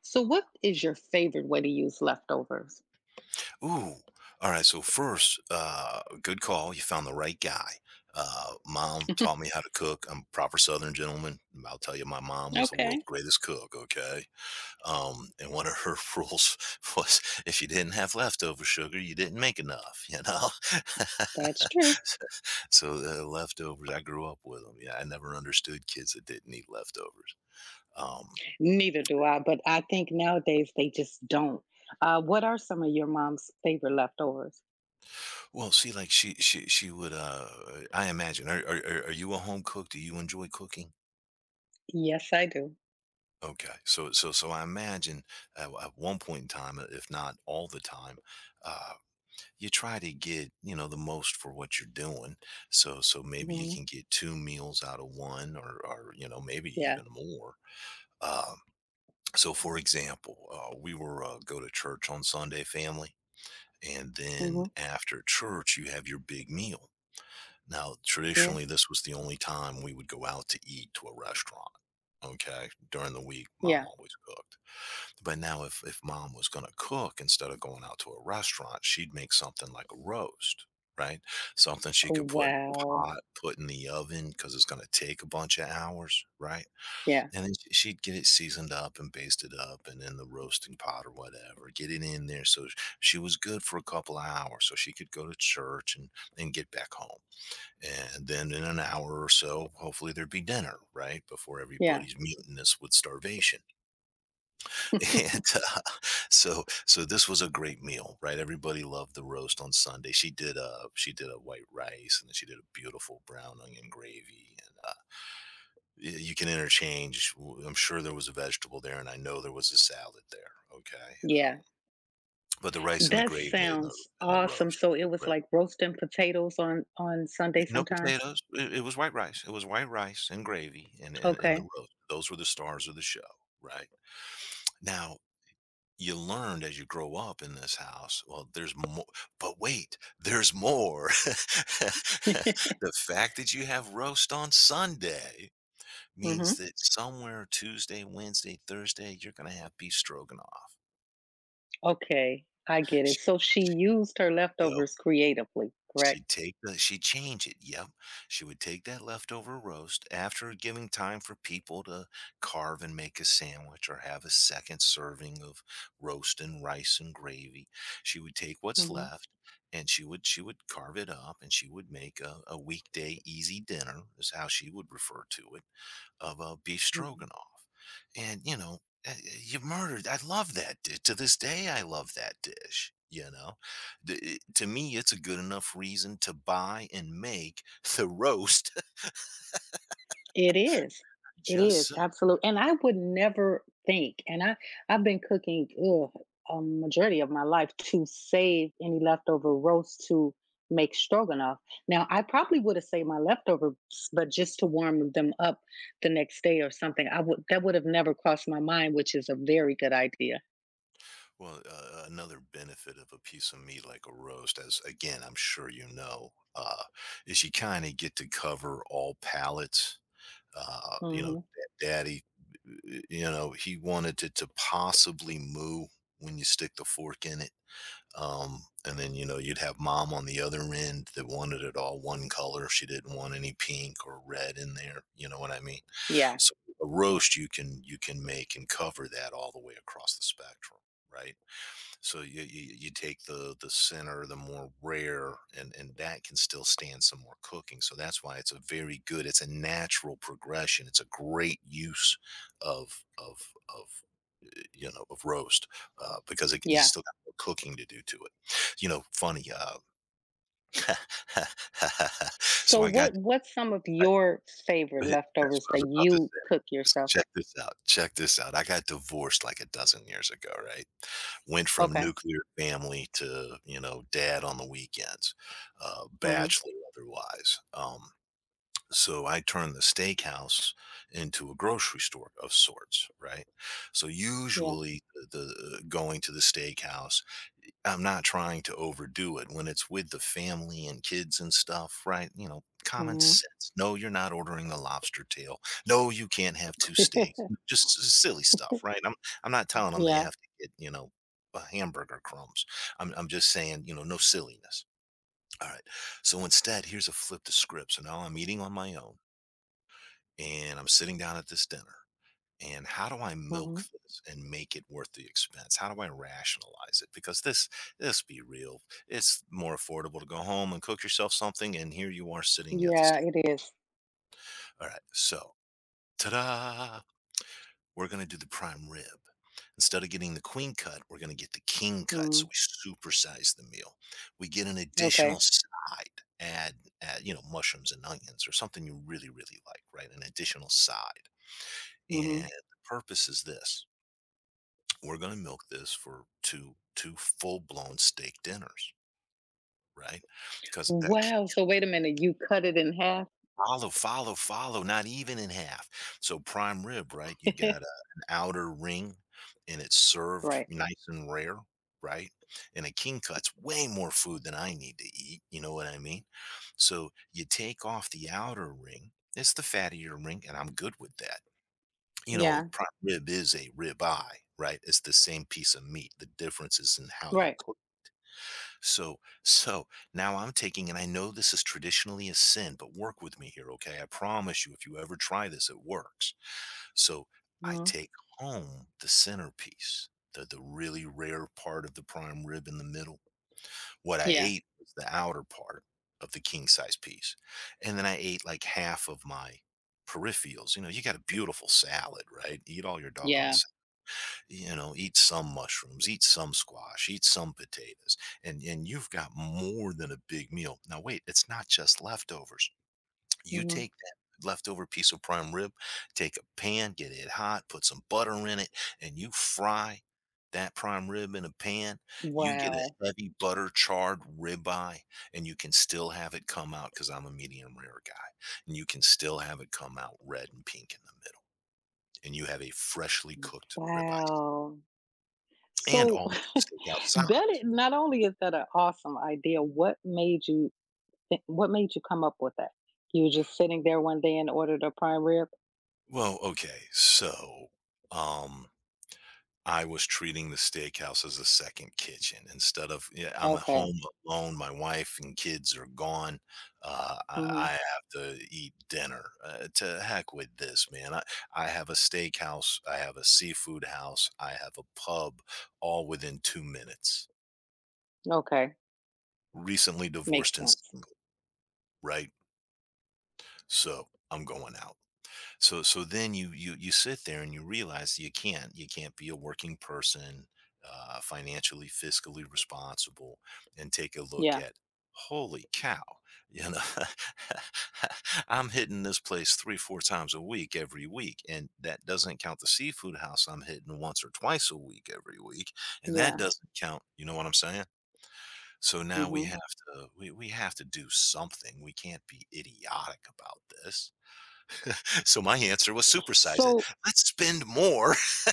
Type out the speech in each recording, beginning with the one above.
So, what is your favorite way to use leftovers? Ooh. All right. So first, good call. You found the right guy. Mom taught me how to cook. I'm a proper Southern gentleman. I'll tell you, my mom was the world's Okay, greatest cook. Okay. And one of her rules was if you didn't have leftover sugar, you didn't make enough, that's true. So the leftovers, I grew up with them. Yeah. I never understood kids that didn't eat leftovers. Um, Neither do I, but I think nowadays they just don't. What are some of your mom's favorite leftovers? well, see, like she would, I imagine, are you a home cook? Do you enjoy cooking? Yes, I do. Okay, so I imagine at one point in time, if not all the time, uh, you try to get you know the most for what you're doing. So maybe you Hmm. can get two meals out of one, or you know maybe Yeah. even more. Um, so for example, we were go to church on Sunday, family, and then Hmm. after church you have your big meal. Now Yeah. traditionally, this was the only time we would go out to eat to a restaurant. Okay, during the week, mom Yeah. always cooked, but now if mom was gonna cook instead of going out to a restaurant, she'd make something like a roast, right? Something she Oh, could put in a wow. pot, put in the oven because it's gonna take a bunch of hours, right? Yeah. And then sh she'd get it seasoned up and basted up and in the roasting pot or whatever, get it in there so she was good for a couple of hours so she could go to church and get back home. And then in an hour or so, hopefully there'd be dinner, right, before Yeah. everybody's mutinous with starvation. And, so this was a great meal, right? Everybody loved the roast on Sunday. She did a white rice, and then she did a beautiful brown onion gravy, and you can interchange. I'm sure there was a vegetable there, and I know there was a salad there. Okay, um, Yeah. but the rice and the That gravy sounds and the awesome. roast, So it was right? like roasting potatoes on Sunday No sometimes. potatoes. It was white rice. It was white rice and gravy, and, and the Okay. roast. Those were the stars of the show, right? Now you learned as you grow up in this house, well, there's more, but wait, there's more. The fact that you have roast on Sunday means Hmm. that somewhere Tuesday, Wednesday, Thursday, you're going to have beef stroganoff. Okay. I get it. She, So she she used her would leftovers creatively, correct? She'd take the she'd change it, yep. She would take that leftover roast after giving time for people to carve and make a sandwich or have a second serving of roast and rice and gravy. She would take what's Mhm, left and she would carve it up and she would make a weekday easy dinner is how she would refer to it of beef mhm. stroganoff. And, you know, you murdered. I love that. To this day, I love that dish. You know, to me, it's a good enough reason to buy and make the roast It is. It just is, so. absolute and I would never think and I've been cooking, ugh, a majority of my life to save any leftover roast to make stroganoff. Now, I probably would have saved my leftovers, but just to warm them up the next day or something, I would that would have never crossed my mind, which is a very good idea. Well, another benefit of a piece of meat like a roast, as again, I'm sure you know, is you kind of get to cover all palates. You know, Mhm. Daddy, you know, he wanted it to possibly moo when you stick the fork in it. And then, you know, you'd have mom on the other end that wanted it all one color. She didn't want any pink or red in there. You know what I mean? Yeah, So a roast you can make and cover that all the way across the spectrum, right? So you, you take the center, the more rare, and that can still stand some more cooking. So that's why it's a very good. It's a natural progression. It's a great use of you know of roast, because it, you yeah. still got more cooking to do to it. You know, funny. So So I got. what's some of your favorite But it that's leftovers what I that was about to you say. cook So yourself? check this out, check this out. I got divorced like a dozen years ago, right? Went from Okay. nuclear family to, you know, dad on the weekends, Mhm. bachelor otherwise. So I turned the steakhouse into a grocery store of sorts, right? So Yeah. usually the going to the steakhouse, I'm not trying to overdo it when it's with the family and kids and stuff, right? You know, common Mm-hmm. sense. No, you're not ordering the lobster tail. No, you can't have 2 steaks. Just s silly stuff, right? I'm not telling them they Yeah. have to get, you know, hamburger crumbs. I'm just saying, you know, no silliness. Alright. So instead, here's a flip the script. So now I'm eating on my own, and I'm sitting down at this dinner and how do I milk Mhm. this and make it worth the expense? How do I rationalize it? Because this, let's be real, it's more affordable to go home and cook yourself something, and here you are sitting at the Yeah, steak. it is. All right, so ta-da! We're gonna do the prime rib. Instead of getting the queen cut, we're gonna get the king cut. So Mm, we supersize the meal. We get an additional okay. side, add you know mushrooms and onions or something you really like, right? An additional side, and Mhm. the purpose is this. We're going to milk this for two full blown steak dinners, right? Because that Wow, so wait a minute, you cut it in half? follow, follow, not even in half. So prime rib, right? You got a, an outer ring, and it's served Right. nice and rare, right? And a king cut's way more food than I need to eat. You know what I mean? So you take off the outer ring. It's the fattier ring, and I'm good with that. You know, Yeah. prime rib is a rib eye, right? It's the same piece of meat. The difference is in how you Right. cook. So now I'm taking, and I know this is traditionally a sin, but work with me here, okay? I promise you, if you ever try this, it works. So I Mhm. take home the centerpiece, the really rare part of the prime rib in the middle. What I Yeah. ate was the outer part of the king size piece, and then I ate like half of my peripherals. You know, you got a beautiful salad, right? Eat all your doggone, Yeah. you know, eat some mushrooms, eat some squash, eat some potatoes, and you've got more than a big meal. Now wait, it's not just leftovers. You Mhm. take that leftover piece of prime rib, take a pan, get it hot, put some butter in it, and you fry that prime rib in a pan. You get a Wow. heavy butter charred ribeye, and you can still have it come out, because I'm a medium rare guy, and you can still have it come out red and pink in the middle, and you have a freshly cooked ribeye Wow. and So all the good steak that outside. is, not only is that an awesome idea, what made you thi what made you come up with that? You were just sitting there one day and ordered a prime rib? Well, okay, so, um, I was treating the steakhouse as a second kitchen instead of yeah, I'm at Okay. home alone, my wife and kids are gone, I Mhm. have to eat dinner, to heck with this, man, I have a steakhouse, I have a seafood house, I have a pub, all within 2 minutes. Okay. Recently divorced Makes and sense. single, right? So, I'm going out. So so then you sit there and you realize you can't be a working person, financially fiscally responsible, and take a look Yeah. at holy cow, you know, I'm hitting this place three four times a week every week, and that doesn't count the seafood house I'm hitting once or twice a week every week, and that Yeah. doesn't count. You know what I'm saying? So now we Mhm. have to we have to do something. We can't be idiotic about this. So my answer was supersize it. So Let's spend more.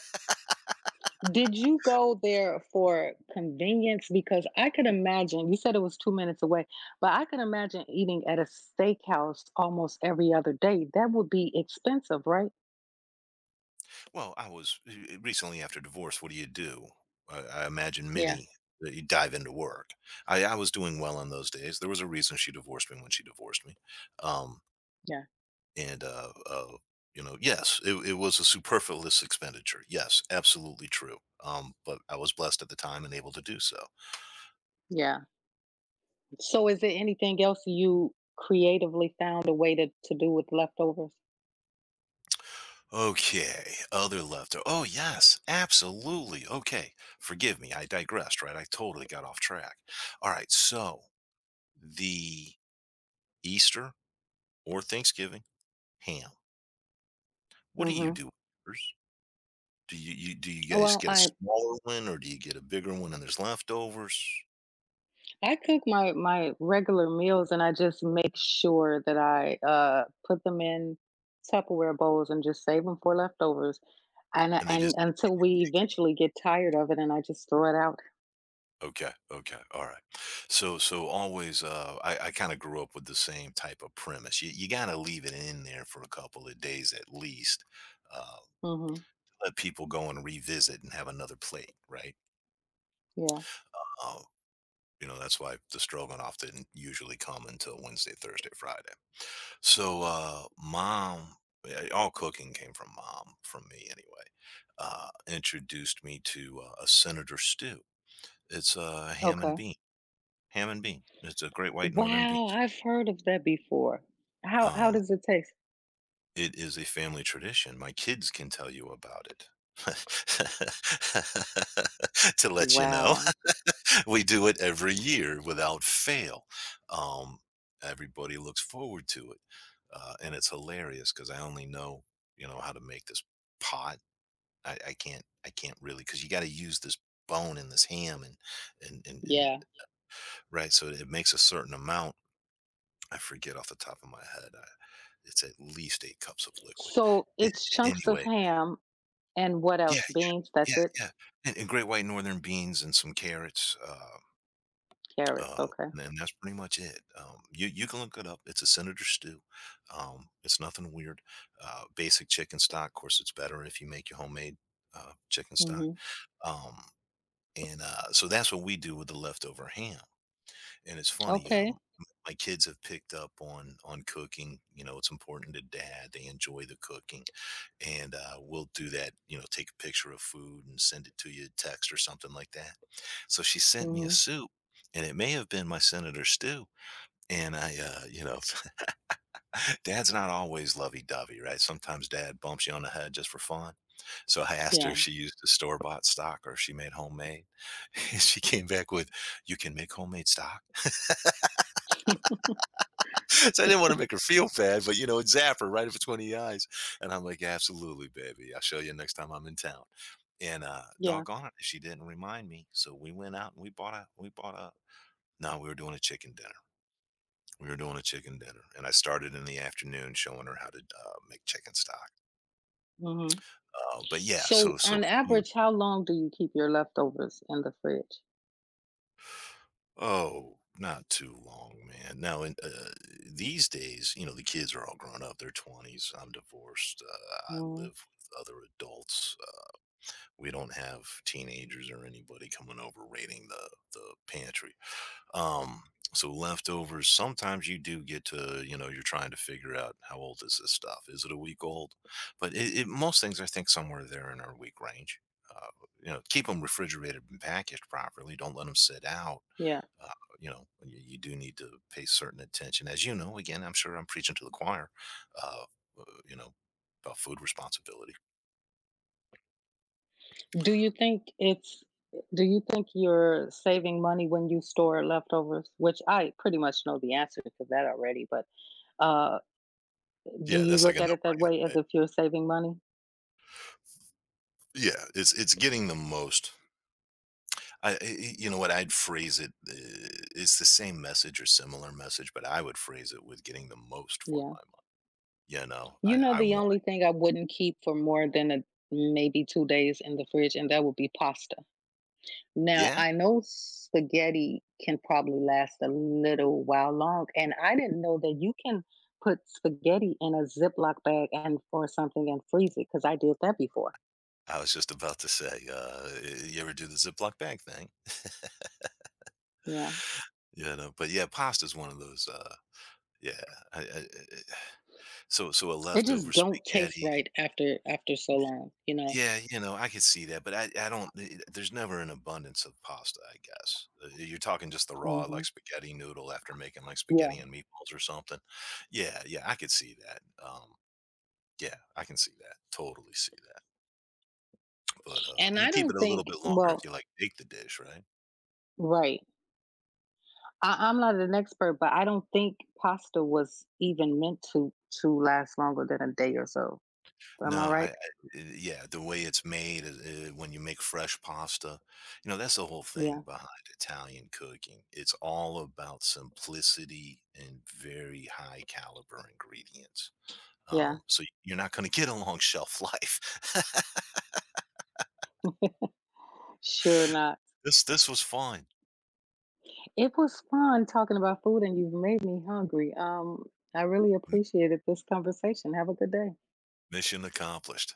did you go there for convenience? Because I could imagine, you said it was 2 minutes away, but I could imagine eating at a steakhouse almost every other day. That would be expensive, right? Well, I was recently after divorce. What do you do? I imagine Yeah, many that you dive into work. I was doing well in those days. There was a reason she divorced me when she divorced me. Um, yeah, and, you know, yes, it was a superfluous expenditure. Yes, absolutely true. But I was blessed at the time and able to do so. yeah. So, is there anything else you creatively found a way to do with leftovers? Okay, other leftover. Oh, yes, absolutely. Okay, forgive me. I digressed, right? I totally got off track. All right, so the Easter or Thanksgiving ham. What do you Hmm. do with yours? Do you, do you guys Well, get a I smaller one or do you get a bigger one and there's leftovers cook my regular meals and I just make sure that I put them in Tupperware bowls and just save them for leftovers. And they And just until we get picked? eventually get tired of it and I just throw it out. Okay, okay, all right. So always, I kind of grew up with the same type of premise. You got to leave it in there for a couple of days at least. Uh, Mhm. Let people go and revisit and have another plate, right? Yeah. Uh, that's why the stroganoff didn't usually come until Wednesday, Thursday, Friday. So, mom, yeah, all cooking came from mom, from me anyway, introduced me to a senator stew. It's a ham and Okay. bean, ham and bean. It's a great white northern Wow, beans. I've heard of that before. How Um, does it taste? it is a family tradition. My kids can tell you about it to let you know. Wow. We do it every year without fail. Um, everybody looks forward to it, and it's hilarious because I only know how to make this pot. I, I can't really because you got to use this bone and this ham and and Yeah. right. So it makes a certain amount. I forget off the top of my head. I, it's at least eight cups of liquid. So A- it's chunks of Anyway, ham and what yeah, else? Beans, yeah, that's it? yeah, and great white northern beans and some carrots. Carrots, Uh, okay. and that's pretty much it. You can look it up. It's a senator stew. It's nothing weird. Basic chicken stock. Of course, it's better if you make your homemade chicken stock. Mhm. Um, and so that's what we do with the leftover ham. And it's funny, Okay. My kids have picked up on cooking, you know, it's important to dad, they enjoy the cooking, and, we'll do that, you know, take a picture of food and send it to you, text or something like that. So she sent me a Mhm. soup, and it may have been my senator stew, and I, you know, dad's not always lovey-dovey, right? Sometimes dad bumps you on the head just for fun. So I asked her Yeah. if she used the store-bought stock or if she made homemade, and she came back with, "You can make homemade stock?" So I didn't want to make her feel bad, but you know, it zapped right in between the eyes. And I'm like, absolutely, baby. I'll show you next time I'm in town. And Yeah. doggone it, she didn't remind me. So we went out and we bought a No, we were doing a chicken dinner. We were doing a chicken dinner, and I started in the afternoon showing her how to make chicken stock. Mhm. But yeah, So on food. average, how long do you keep your leftovers in the fridge? Oh, not too long, man. Now, these days, you know, the kids are all grown up. They're twenties. I'm divorced. I Mhm. live with other adults. We don't have teenagers or anybody coming over raiding the pantry. Um, so leftovers. Sometimes you do get to, you know, you're trying to figure out how old is this stuff? Is it a week old? But most things, I think, somewhere there in our week range. Uh, you know, keep them refrigerated and packaged properly. Don't let them sit out. Yeah. Uh, you know, you do need to pay certain attention, as you know. Again, I'm sure I'm preaching to the choir. Uh, uh, you know, about food responsibility. Do you think it's do you think you're saving money when you store leftovers? Which I pretty much know the answer to that already, but uh, do Yeah, you that's like a look at no it that way brainer. as if you're saving money? Yeah, it's getting the most. You know what I'd phrase it. It's the same message or similar message, but I would phrase it with getting the most for Yeah. my money. You know, You know, I the want. only thing I wouldn't keep for more than a, maybe 2 days in the fridge, and that would be pasta. Now, Yeah, I know spaghetti can probably last a little while long, and I didn't know that you can put spaghetti in a Ziploc bag and or something and freeze it because I did that before. I was just about to say. You ever do the Ziploc bag thing? Yeah. You know, but yeah, pasta's one of those. Yeah, I, I, I- so so a It just leftover don't taste spaghetti. right after after so long, you know? Yeah, you know, I could see that, but I don't th- there's never an abundance of pasta, I guess. You're talking just the raw like Mhm. spaghetti noodle after making like spaghetti Yeah, and meatballs or something. Yeah, yeah, I could see that. Yeah, I can see that. Totally see that. But and you I keep it don't a little think bit longer if you like bake the dish, right? right. I'm not an expert, but I don't think pasta was even meant to last longer than a day or so. No, Am I right? I yeah, the way it's made is, when you make fresh pasta, you know, that's the whole thing Yeah, behind Italian cooking. It's all about simplicity and very high caliber ingredients. yeah. So you're not going to get a long shelf life. Sure not. This was fun. It was fun talking about food, and you've made me hungry. I really M- appreciated this conversation. Have a good day. Mission accomplished.